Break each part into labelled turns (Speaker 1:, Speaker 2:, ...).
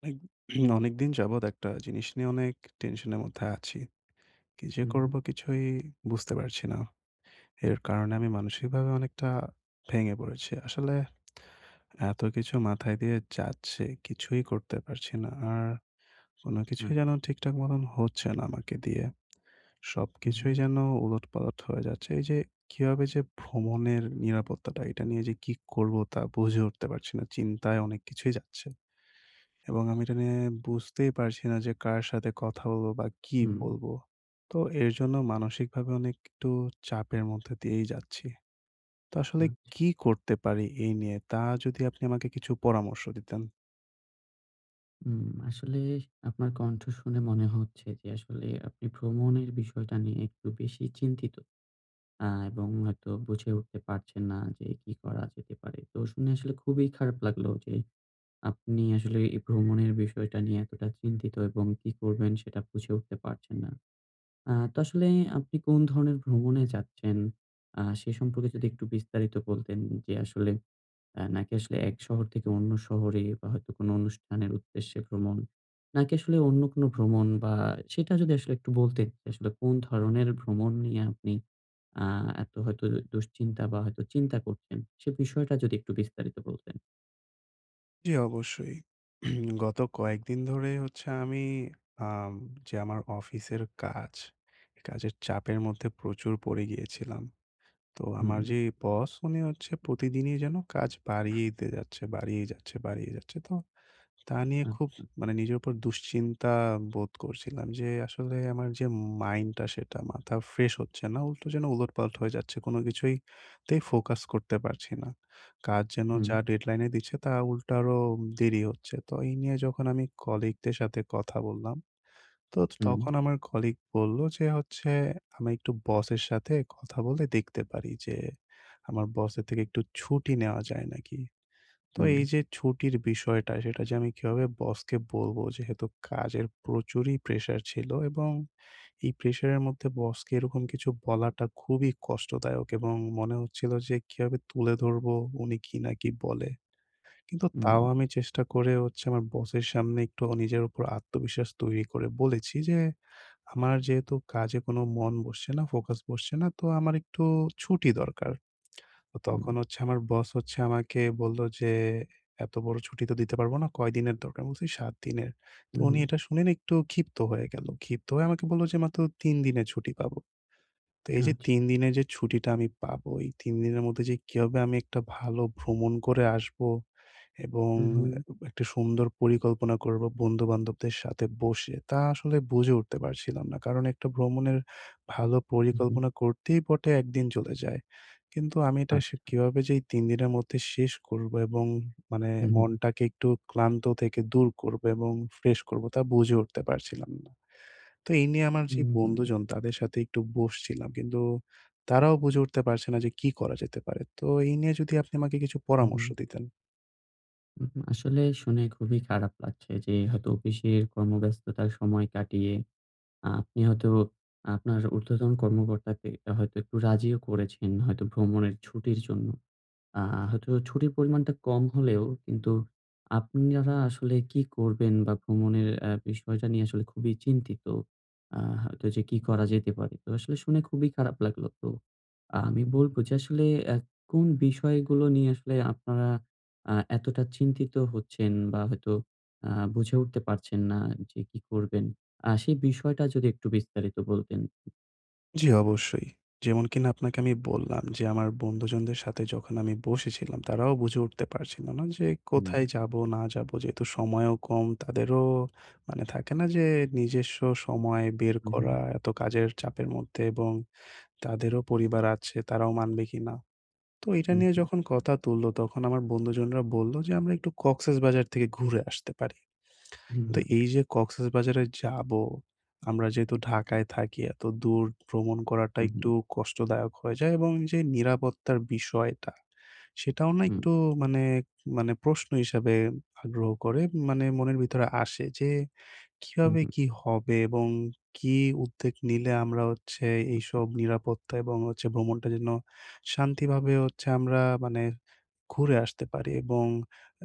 Speaker 1: অনেক অনেকদিন যাবৎ একটা জিনিস নিয়ে অনেক টেনশনের মধ্যে আছি। কি যে
Speaker 2: হুম,
Speaker 1: করব কিছুই বুঝতে পারছি না। এর কারণে আমি মানসিকভাবে অনেকটা ভেঙে পড়েছি। আসলে এত কিছু মাথায় দিয়ে যাচ্ছে, কিছুই করতে পারছি না। আর কোন
Speaker 2: হুম,
Speaker 1: কিছুই যেন ঠিকঠাক মতন হচ্ছে না আমাকে দিয়ে। সবকিছুই
Speaker 2: হুম,
Speaker 1: যেন উলটপালট হয়ে যাচ্ছে। এই যে কিভাবে যে ভ্রমণের নিরাপত্তাটা এটা নিয়ে যে কি করব তা বুঝে উঠতে পারছি না। চিন্তায় অনেক কিছুই যাচ্ছে। এবং আমি এটা নিয়ে বুঝতেই পারছি না যে কার সাথে কথা বলবো বা কি
Speaker 2: হুম,
Speaker 1: বলবো। তো এর জন্য মানসিকভাবে অনেক একটু চাপের মধ্যে দিয়েই যাচ্ছি। তো আসলে
Speaker 2: হুম, আচ্ছা।
Speaker 1: কি করতে পারি এই নিয়ে তা যদি আপনি আমাকে কিছু পরামর্শ দিতেন।
Speaker 2: হুম, আসলে আপনার কণ্ঠ শুনে মনে হচ্ছে যে আসলে আপনি ভ্রমণের বিষয়টা নিয়ে একটু বেশি চিন্তিত। এবং হয়তো বুঝে উঠতে পারছেন না যে কি করা যেতে পারে। তো শুনে আসলে খুবই খারাপ লাগলো যে আপনি আসলে এই ভ্রমণের বিষয়টা নিয়ে এতটা চিন্তিত এবং কি করবেন সেটা বুঝে উঠতে পারছেন না। তো আসলে আপনি কোন ধরনের ভ্রমণে যাচ্ছেন? সে সম্পর্কে যদি একটু বিস্তারিত বলতেন যে আসলে নাকি আসলে এক শহর থেকে অন্য শহরে বা হয়তো কোনো অনুষ্ঠানের উদ্দেশ্যে ভ্রমণ, নাকি আসলে অন্য কোনো ভ্রমণ বা সেটা যদি আসলে একটু বলতেন যে আসলে কোন ধরনের ভ্রমণ নিয়ে আপনি আ এত হয়তো দুশ্চিন্তা বা হয়তো চিন্তা করছেন, সে বিষয়টা যদি একটু বিস্তারিত বলতেন?
Speaker 1: জি, অবশ্যই। গত কয়েকদিন ধরে হচ্ছে আমি আম যে আমার অফিসের কাজ, এই কাজের চাপের মধ্যে প্রচুর পড়ে গিয়েছিলাম। তো
Speaker 2: হুম,
Speaker 1: আমার যে বস উনি হচ্ছে প্রতিদিনই যেন কাজ বাড়িয়েই দিয়ে যাচ্ছে, বাড়িয়েই যাচ্ছে, বাড়িয়ে যাচ্ছে। তো তা নিয়ে খুব
Speaker 2: আচ্ছা।
Speaker 1: মানে নিজের উপর দুশ্চিন্তা বোধ করছিলাম যে আসলে আমার যে মাইন্ডটা সেটা মাথা ফ্রেশ হচ্ছে না। উল্টো যেন উলটপালট হয়ে যাচ্ছে। কোনো কিছুই তেই ফোকাস করতে পারছি না। কাজ যেন
Speaker 2: হুম,
Speaker 1: যা ডেডলাইনে দিচ্ছে তা উল্টো আরো দেরি হচ্ছে। তো এই নিয়ে যখন আমি কলিগদের সাথে কথা বললাম, তো
Speaker 2: হুম,
Speaker 1: তখন আমার কলিগ বলল যে হচ্ছে আমি একটু বসের সাথে কথা বলে দেখতে পারি যে আমার বসের থেকে একটু ছুটি নেওয়া যায় নাকি? তো
Speaker 2: হুম,
Speaker 1: এই যে ছুটির বিষয়টা সেটা যে আমি কিভাবে বসকে বলবো যেহেতু কাজের প্রচুরই প্রেশার ছিল এবং এই প্রেশারের মধ্যে বসকে এরকম কিছু বলাটা খুবই কষ্টদায়ক এবং মনে হচ্ছিল যে কিভাবে তুলে ধরবো উনি কি না কি বলে। কিন্তু
Speaker 2: হুম,
Speaker 1: তাও আমি চেষ্টা করে হচ্ছে আমার বসের সামনে একটু নিজের উপর আত্মবিশ্বাস তৈরি করে বলেছি যে, "আমার যেহেতু কাজে কোনো মন বসছে না, ফোকাস বসছে না তো আমার একটু ছুটি দরকার।" তো
Speaker 2: হুম,
Speaker 1: তখন হচ্ছে আমার বস হচ্ছে আমাকে বলল যে, "এত বড় ছুটি তো দিতে পারব না। কয়দিনের দরকার?" বলছি, "৭ দিনের।" তো
Speaker 2: হুম,
Speaker 1: উনি
Speaker 2: হুম,
Speaker 1: এটা শুনে না একটু ক্ষিপ্ত হয়ে গেল। ক্ষিপ্ত হয়ে আমাকে বলল যে, "মাত্র ৩ দিনের ছুটি পাবো।" তো এই যে
Speaker 2: আচ্ছা।
Speaker 1: ৩ দিনের যে ছুটিটা আমি পাবো, এই ৩ দিনের মধ্যে যে কিভাবে আমি একটা ভালো ভ্রমণ করে আসবো এবং
Speaker 2: হুম, হুম,
Speaker 1: একটা সুন্দর পরিকল্পনা করব বন্ধু-বান্ধবদের সাথে বসে, তা আসলে বুঝে উঠতে পারছিলাম না। কারণ একটা ভ্রমণের ভালো
Speaker 2: হুম, হুম,
Speaker 1: পরিকল্পনা করতেই বটে ১ দিন চলে যায়। কিন্তু আমি এটা সে
Speaker 2: আচ্ছা।
Speaker 1: কিভাবে যে এই ৩ দিনের মধ্যে শেষ করব এবং মানে
Speaker 2: হুম, হুম,
Speaker 1: মনটাকে একটু ক্লান্ত থেকে দূর করব এবং ফ্রেশ করব তা বুঝে উঠতে পারছিলাম না। তো এই নিয়ে আমার যে
Speaker 2: হুম, হুম,
Speaker 1: বন্ধুজন তাদের সাথে একটু বসছিলাম। কিন্তু তারাও বুঝে উঠতে পারছে না যে কি করা যেতে পারে। তো এই নিয়ে যদি আপনি আমাকে কিছু পরামর্শ
Speaker 2: হুম,
Speaker 1: দিতেন।
Speaker 2: হুম, আসলে শুনে খুবই খারাপ লাগছে যে হয়তো অফিসের কর্মব্যস্ততার সময় কাটিয়ে আপনি হয়তো আপনার ঊর্ধ্বতন কর্মকর্তাকে হয়তো একটু রাজিও করেছেন হয়তো ভ্রমণের ছুটির জন্য। আ হয়তো ছুটির পরিমাণটা কম হলেও কিন্তু আপনারা আসলে কি করবেন বা ভ্রমণের বিষয়টা নিয়ে আসলে খুবই চিন্তিত। হয়তো যে কি করা যেতে পারে। তো আসলে শুনে খুবই খারাপ লাগলো। তো আমি বলব যে আসলে কোন বিষয়গুলো নিয়ে আসলে আপনারা এতটা চিন্তিত হচ্ছেন বা হয়তো বুঝে উঠতে পারছেন না যে কি করবেন? সেই বিষয়টা যদি একটু বিস্তারিত বলতেন।
Speaker 1: জি, অবশ্যই। যেমন কিনা আপনাকে আমি বললাম যে, আমার বন্ধুজনদের সাথে যখন আমি বসেছিলাম, তারাও বুঝে উঠতে পারছিল না যে
Speaker 2: হুম,
Speaker 1: কোথায় যাব না যাব। যেহেতু সময়ও কম, তাদেরও মানে থাকে না যে নিজস্ব সময় বের
Speaker 2: হুম, হুম,
Speaker 1: করা এত কাজের চাপের মধ্যে এবং তাদেরও পরিবার আছে, তারাও মানবে কিনা। তো এটা
Speaker 2: হুম,
Speaker 1: নিয়ে
Speaker 2: হুম,
Speaker 1: যখন কথা তুললো, তখন আমার বন্ধুজনরা বলল যে, "আমরা একটু কক্সেসবাজার থেকে ঘুরে আসতে পারি।"
Speaker 2: হুম,
Speaker 1: তো
Speaker 2: হুম,
Speaker 1: এই যে কক্সবাজারে যাবো, আমরা যেহেতু ঢাকায় থাকি, এত দূর ভ্রমণ করাটা
Speaker 2: হুম, হুম, হুম,
Speaker 1: একটু কষ্টদায়ক হয়ে যায় এবং যে নিরাপত্তার বিষয়টা, সেটাও না একটু মানে মানে প্রশ্ন হিসাবে আগ্রহ করে মানে মনের ভিতরে আসে যে
Speaker 2: হুম,
Speaker 1: কিভাবে
Speaker 2: হুম,
Speaker 1: কি হবে এবং কি উদ্যোগ নিলে আমরা হচ্ছে এইসব নিরাপত্তা এবং হচ্ছে ভ্রমণটা যেন শান্তিভাবে হচ্ছে আমরা মানে ঘুরে আসতে পারি এবং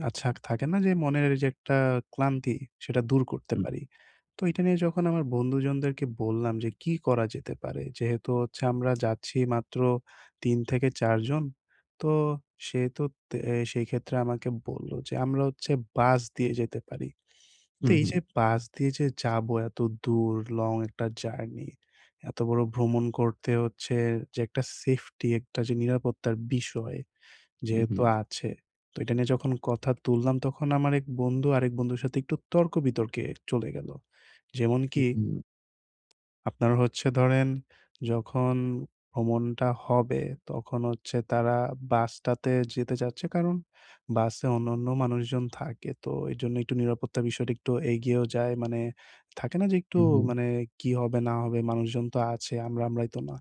Speaker 1: আচ্ছা থাকে না যে মনের যে একটা ক্লান্তি সেটা দূর করতে
Speaker 2: হুম।
Speaker 1: পারি। তো এটা নিয়ে যখন আমার বন্ধুজনদেরকে বললাম যে কি করা যেতে পারে? যেহেতু হচ্ছে আমরা যাচ্ছি মাত্র ৩ থেকে ৪ জন। তো সে তো তে এ, সেই ক্ষেত্রে আমাকে বলল যে আমরা হচ্ছে বাস দিয়ে যেতে পারি। কিন্তু
Speaker 2: হুম
Speaker 1: এই যে বাস দিয়ে যে যাবো এত দূর লং একটা জার্নি, এত বড় ভ্রমণ করতে হচ্ছে যে একটা সেফটি একটা যে নিরাপত্তার বিষয়
Speaker 2: হু, হু,
Speaker 1: যেহেতু আছে। তো এটা নিয়ে যখন কথা তুললাম তখন আমার এক বন্ধু আরেক বন্ধুর সাথে একটু তর্ক বিতর্কে চলে গেল। যেমন কি
Speaker 2: হু,
Speaker 1: আপনার হচ্ছে ধরেন যখন ভ্রমণটা হবে তখন হচ্ছে তারা বাসটাতে যেতে চাচ্ছে কারণ বাসে অন্যান্য মানুষজন থাকে। তো এজন্য একটু নিরাপত্তা বিষয়টা একটু এগিয়েও যায়। মানে থাকে না যে একটু
Speaker 2: হু, হু,
Speaker 1: মানে কি হবে না হবে মানুষজন তো আছে আমরা আমরাই তো না।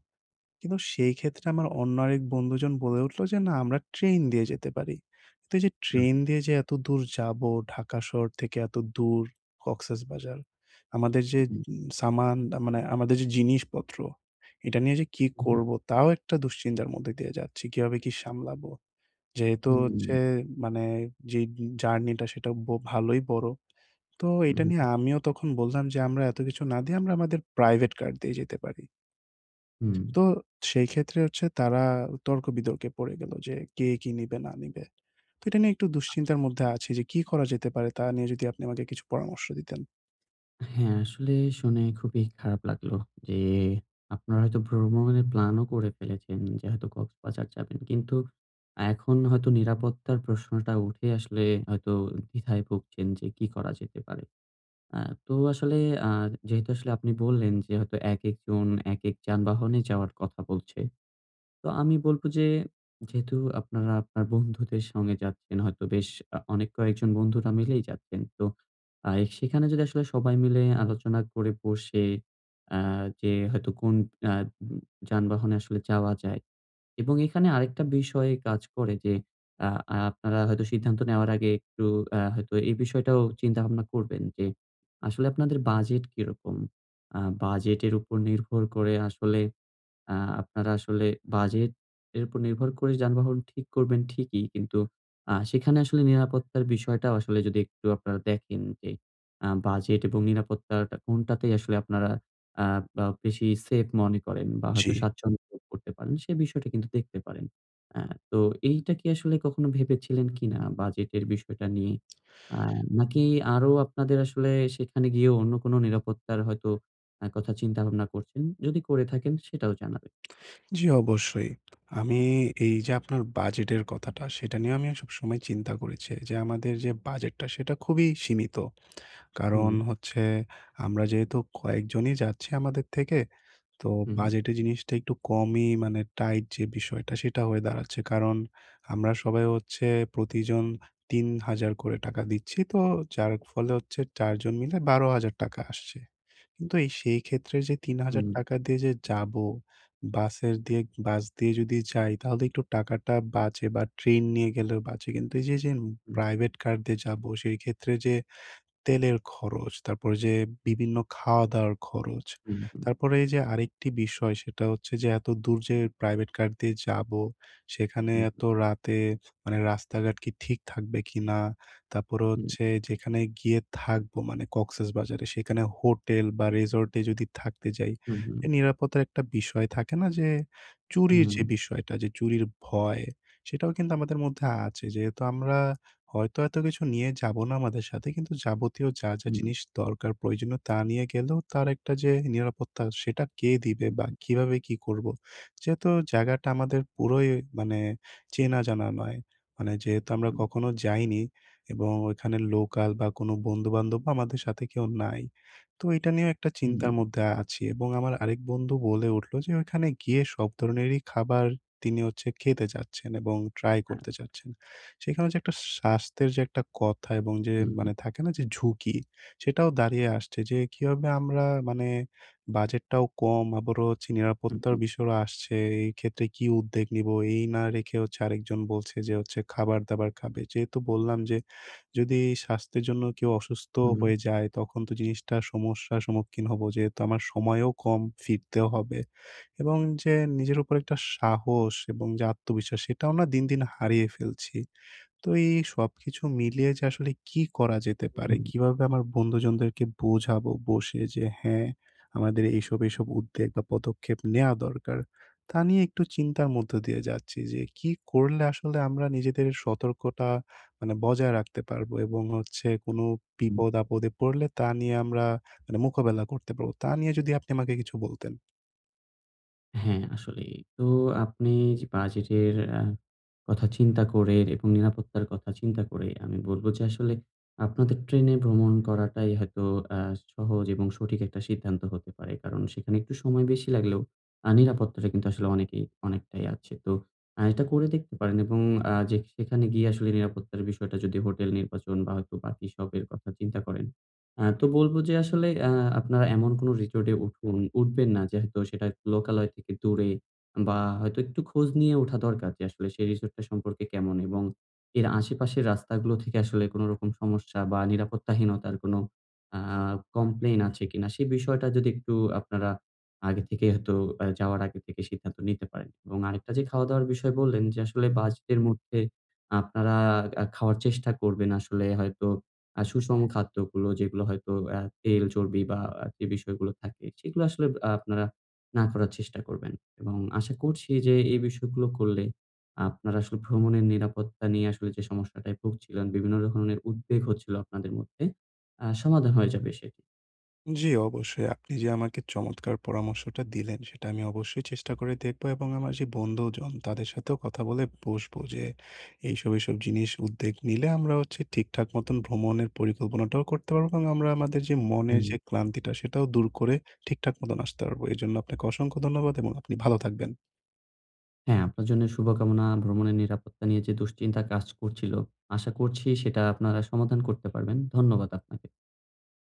Speaker 1: কিন্তু সেই ক্ষেত্রে আমার অন্য আরেক বন্ধুজন বলে উঠল যে, "না আমরা ট্রেন দিয়ে যেতে পারি।" তো এই যে
Speaker 2: আ
Speaker 1: ট্রেন দিয়ে যে এত দূর যাবো, ঢাকা শহর থেকে এত দূর কক্সেসবাজার। আমাদের যে
Speaker 2: হু,
Speaker 1: উম সামান মানে আমাদের যে জিনিসপত্র, এটা নিয়ে যে কি
Speaker 2: হু,
Speaker 1: করব তাও একটা দুশ্চিন্তার মধ্যে দিয়ে যাচ্ছি। কিভাবে কি সামলাবো? যেহেতু হচ্ছে মানে যেই জার্নিটা সেটা ভালোই বড়। তো
Speaker 2: হু,
Speaker 1: এটা
Speaker 2: হু,
Speaker 1: নিয়ে
Speaker 2: হু।
Speaker 1: আমিও তখন বললাম যে, "আমরা এত কিছু না দিয়ে আমরা আমাদের প্রাইভেট কার দিয়ে যেতে পারি।" তো সেই ক্ষেত্রে হচ্ছে তারা তর্ক-বিতর্কে পড়ে গেল যে কে কি নিবে না নিবে। তো এটা নিয়ে একটু দুশ্চিন্তার মধ্যে আছি যে কি করা যেতে পারে তা নিয়ে যদি আপনি আমাকে কিছু পরামর্শ দিতেন।
Speaker 2: হ্যাঁ, আসলে শুনে খুবই খারাপ লাগলো যে আপনারা হয়তো ভ্রমণের প্ল্যানও করে ফেলেছেন যে হয়তো কক্সবাজার যাবেন। কিন্তু এখন হয়তো নিরাপত্তার প্রশ্নটা উঠে আসলে হয়তো দ্বিধায় ভুগছেন যে কি করা যেতে পারে। আ তো আসলে আ যেহেতু আসলে আপনি বললেন যে হয়তো একেকজন একেক যানবাহনে যাওয়ার কথা বলছে। তো আমি বলব যে, যেহেতু আপনারা আপনার বন্ধুদের সঙ্গে যাচ্ছেন হয়তো বেশ অনেক কয়েকজন বন্ধুরা মিলেই যাচ্ছেন। তো আ সেখানে যদি আসলে সবাই মিলে আলোচনা করে বসে আ যে হয়তো কোন আ যানবাহনে আসলে যাওয়া যায় এবং এখানে আরেকটা বিষয় কাজ করে যে আ আপনারা হয়তো সিদ্ধান্ত নেওয়ার আগে একটু হয়তো এই বিষয়টাও চিন্তাভাবনা করবেন যে আসলে আপনাদের বাজেট কিরকম? বাজেটের উপর নির্ভর করে আসলে আ আপনারা আসলে বাজেট এর উপর নির্ভর করে যানবাহন ঠিক করবেন ঠিকই। কিন্তু সেখানে আসলে নিরাপত্তার বিষয়টাও আসলে যদি একটু আপনারা দেখেন যে বাজেট এবং নিরাপত্তাটা কোনটাতেই আসলে আপনারা আ বা বেশি সেফ মনে করেন বা
Speaker 1: জি,
Speaker 2: হয়তো স্বাচ্ছন্দ্য বোধ করতে পারেন, সে বিষয়টা কিন্তু দেখতে পারেন। আ তো এইটা কি আসলে কখনো ভেবেছিলেন কিনা বাজেটের বিষয়টা নিয়ে? আ নাকি আরো আপনাদের আসলে সেখানে গিয়েও অন্য কোনো নিরাপত্তার হয়তো কথা চিন্তা ভাবনা করছেন? যদি করে থাকেন সেটাও জানাবেন।
Speaker 1: জি, অবশ্যই। আমি এই যে আপনার বাজেটের কথাটা সেটা নিয়ে আমিও সবসময় চিন্তা করেছি যে আমাদের যে বাজেটটা সেটা খুবই সীমিত।
Speaker 2: হুম,
Speaker 1: কারণ হচ্ছে আমরা যেহেতু কয়েকজনই যাচ্ছি আমাদের থেকে তো
Speaker 2: হুম, হুম,
Speaker 1: বাজেটের জিনিসটা একটু কমই মানে টাইট যে বিষয়টা সেটা হয়ে দাঁড়াচ্ছে। কারণ আমরা সবাই হচ্ছে প্রতিজন ৩,০০০ করে টাকা দিচ্ছি। তো যার ফলে হচ্ছে ৪ জন মিলে ৳১২,০০০ আসছে। কিন্তু এই সেই ক্ষেত্রে যে
Speaker 2: হুম,
Speaker 1: ৳৩,০০০ দিয়ে যে যাবো, বাসের দিয়ে বাস দিয়ে যদি যাই তাহলে একটু টাকাটা বাঁচে বা ট্রেন নিয়ে গেলেও বাঁচে। কিন্তু এই যে, যে
Speaker 2: হুম,
Speaker 1: প্রাইভেট কার দিয়ে যাবো সেই ক্ষেত্রে যে তেলের খরচ, তারপরে যে বিভিন্ন খাওয়া-দাওয়ার খরচ।
Speaker 2: হুম, হুম,
Speaker 1: তারপরে এই যে আরেকটি বিষয় সেটা হচ্ছে যে এত দূর যে প্রাইভেট কার দিয়ে যাবো, সেখানে
Speaker 2: হুম,
Speaker 1: এত
Speaker 2: হুম,
Speaker 1: রাতে মানে রাস্তাঘাট কি ঠিক থাকবে কিনা? তারপরে হচ্ছে যেখানে গিয়ে থাকবো মানে কক্সেসবাজারে সেখানে হোটেল বা রিসোর্ট এ যদি থাকতে যাই,
Speaker 2: হুম, হুম,
Speaker 1: এ নিরাপত্তার একটা বিষয় থাকে না যে চুরির
Speaker 2: হুম,
Speaker 1: যে বিষয়টা যে চুরির ভয়, সেটাও কিন্তু আমাদের মধ্যে আছে। যেহেতু আমরা হয়তো এত কিছু নিয়ে যাব না আমাদের সাথে। কিন্তু যাবতীয় যা
Speaker 2: হুম,
Speaker 1: জিনিস দরকার প্রয়োজনীয় তা নিয়ে গেলেও তার একটা যে নিরাপত্তা সেটা কে দিবে বা কিভাবে কি করব? যেহেতু জায়গাটা আমাদের পুরোই মানে চেনা জানা নয়। মানে যেহেতু আমরা কখনো যাইনি এবং ওইখানে লোকাল বা কোনো বন্ধু-বান্ধব আমাদের সাথে কেউ নাই। তো এটা নিয়েও একটা
Speaker 2: হুম, হুম,
Speaker 1: চিন্তার মধ্যে আছি এবং আমার আরেক বন্ধু বলে উঠলো যে ওইখানে গিয়ে সব ধরনেরই খাবার তিনি হচ্ছে খেতে চাচ্ছেন এবং ট্রাই
Speaker 2: হ্যাঁ,
Speaker 1: করতে চাচ্ছেন। সেখানে যে একটা স্বাস্থ্যের যে একটা কথা এবং যে
Speaker 2: হুম, হুম,
Speaker 1: মানে থাকে না যে ঝুঁকি, সেটাও দাঁড়িয়ে আসছে যে কিভাবে আমরা মানে বাজেটটাও কম আবারও হচ্ছে
Speaker 2: হুম,
Speaker 1: নিরাপত্তার
Speaker 2: হুম,
Speaker 1: বিষয়ও আসছে। এই ক্ষেত্রে কি উদ্যোগ নিবো? এই না রেখে হচ্ছে আরেকজন বলছে যে হচ্ছে খাবার-দাবার খাবে। যেহেতু বললাম যে যদি স্বাস্থ্যের জন্য কেউ অসুস্থ
Speaker 2: হুম,
Speaker 1: হয়ে যায় তখন তো জিনিসটা সমস্যার সম্মুখীন হবো। যেহেতু আমার সময়ও কম, ফিরতেও হবে এবং যে নিজের উপর একটা সাহস এবং যে আত্মবিশ্বাস সেটাও না দিন, দিন হারিয়ে ফেলছি। তো এই সবকিছু মিলিয়ে যে আসলে কি করা যেতে পারে?
Speaker 2: হুম।
Speaker 1: কিভাবে আমার বন্ধুজনদেরকে বোঝাবো বসে যে হ্যাঁ, আমাদের এইসব, এইসব উদ্বেগ বা পদক্ষেপ নেয়া দরকার? তা নিয়ে একটু চিন্তার মধ্য দিয়ে যাচ্ছি যে কি করলে আসলে আমরা নিজেদের সতর্কতা মানে বজায় রাখতে পারবো এবং হচ্ছে কোন
Speaker 2: হুম।
Speaker 1: বিপদ-আপদে পড়লে তা নিয়ে আমরা মানে মোকাবেলা করতে পারবো। তা নিয়ে যদি আপনি আমাকে কিছু বলতেন।
Speaker 2: হ্যাঁ, আসলেই। তো আপনি যে বাজেটের কথা চিন্তা করে এবং নিরাপত্তার কথা চিন্তা করে আমি বলব যে আসলে আপনাদের ট্রেনে ভ্রমণ করাটাই হয়তো আ সহজ এবং সঠিক একটা সিদ্ধান্ত হতে পারে। কারণ সেখানে একটু সময় বেশি লাগলেও নিরাপত্তাটা কিন্তু আসলে অনেকেই অনেকটাই আছে। তো এটা করে দেখতে পারেন এবং যে সেখানে গিয়ে আসলে নিরাপত্তার বিষয়টা যদি হোটেল নির্বাচন বা হয়তো বাকি সবের কথা চিন্তা করেন তো বলব যে আসলে আপনারা এমন কোনো রিসোর্ট এ উঠবেন না যে হয়তো সেটা লোকালয় থেকে দূরে বা হয়তো একটু খোঁজ নিয়ে ওঠা দরকার যে আসলে সেই রিসোর্টটা সম্পর্কে কেমন এবং এর আশেপাশের রাস্তাগুলো থেকে আসলে কোনো রকম সমস্যা বা নিরাপত্তাহীনতার কোনো আ কমপ্লেইন আছে কিনা? সেই বিষয়টা যদি একটু আপনারা আগে থেকে হয়তো যাওয়ার আগে থেকে সিদ্ধান্ত নিতে পারেন। এবং আরেকটা যে খাওয়া-দাওয়ার বিষয় বললেন যে আসলে বাজেটের মধ্যে আপনারা খাওয়ার চেষ্টা করবেন আসলে হয়তো সুষম খাদ্যগুলো যেগুলো হয়তো তেল, চর্বি বা যে বিষয়গুলো থাকে সেগুলো আসলে আপনারা না করার চেষ্টা করবেন। এবং আশা করছি যে এই বিষয়গুলো করলে আপনারা আসলে ভ্রমণের নিরাপত্তা নিয়ে আসলে যে সমস্যাটায় ভুগছিলেন, বিভিন্ন ধরনের উদ্বেগ হচ্ছিল আপনাদের মধ্যে, সমাধান হয়ে যাবে সেটি।
Speaker 1: জি, অবশ্যই। আপনি যে আমাকে চমৎকার পরামর্শটা দিলেন, সেটা আমি অবশ্যই চেষ্টা করে দেখব এবং আমার যে বন্ধুজন, তাদের সাথেও কথা বলে বসবো যে, এইসব, এইসব জিনিস উদ্যোগ নিলে আমরা হচ্ছে ঠিকঠাক মতন ভ্রমণের পরিকল্পনাটাও করতে পারবো এবং আমরা আমাদের যে মনের
Speaker 2: হুম,
Speaker 1: যে ক্লান্তিটা, সেটাও দূর করে ঠিকঠাক মতন আসতে পারবো। এজন্য আপনাকে অসংখ্য ধন্যবাদ এবং আপনি ভালো থাকবেন।
Speaker 2: হ্যাঁ, আপনার জন্য শুভকামনা। ভ্রমণের নিরাপত্তা নিয়ে যে দুশ্চিন্তা কাজ করছিল, আশা করছি সেটা আপনারা সমাধান করতে পারবেন। ধন্যবাদ আপনাকে।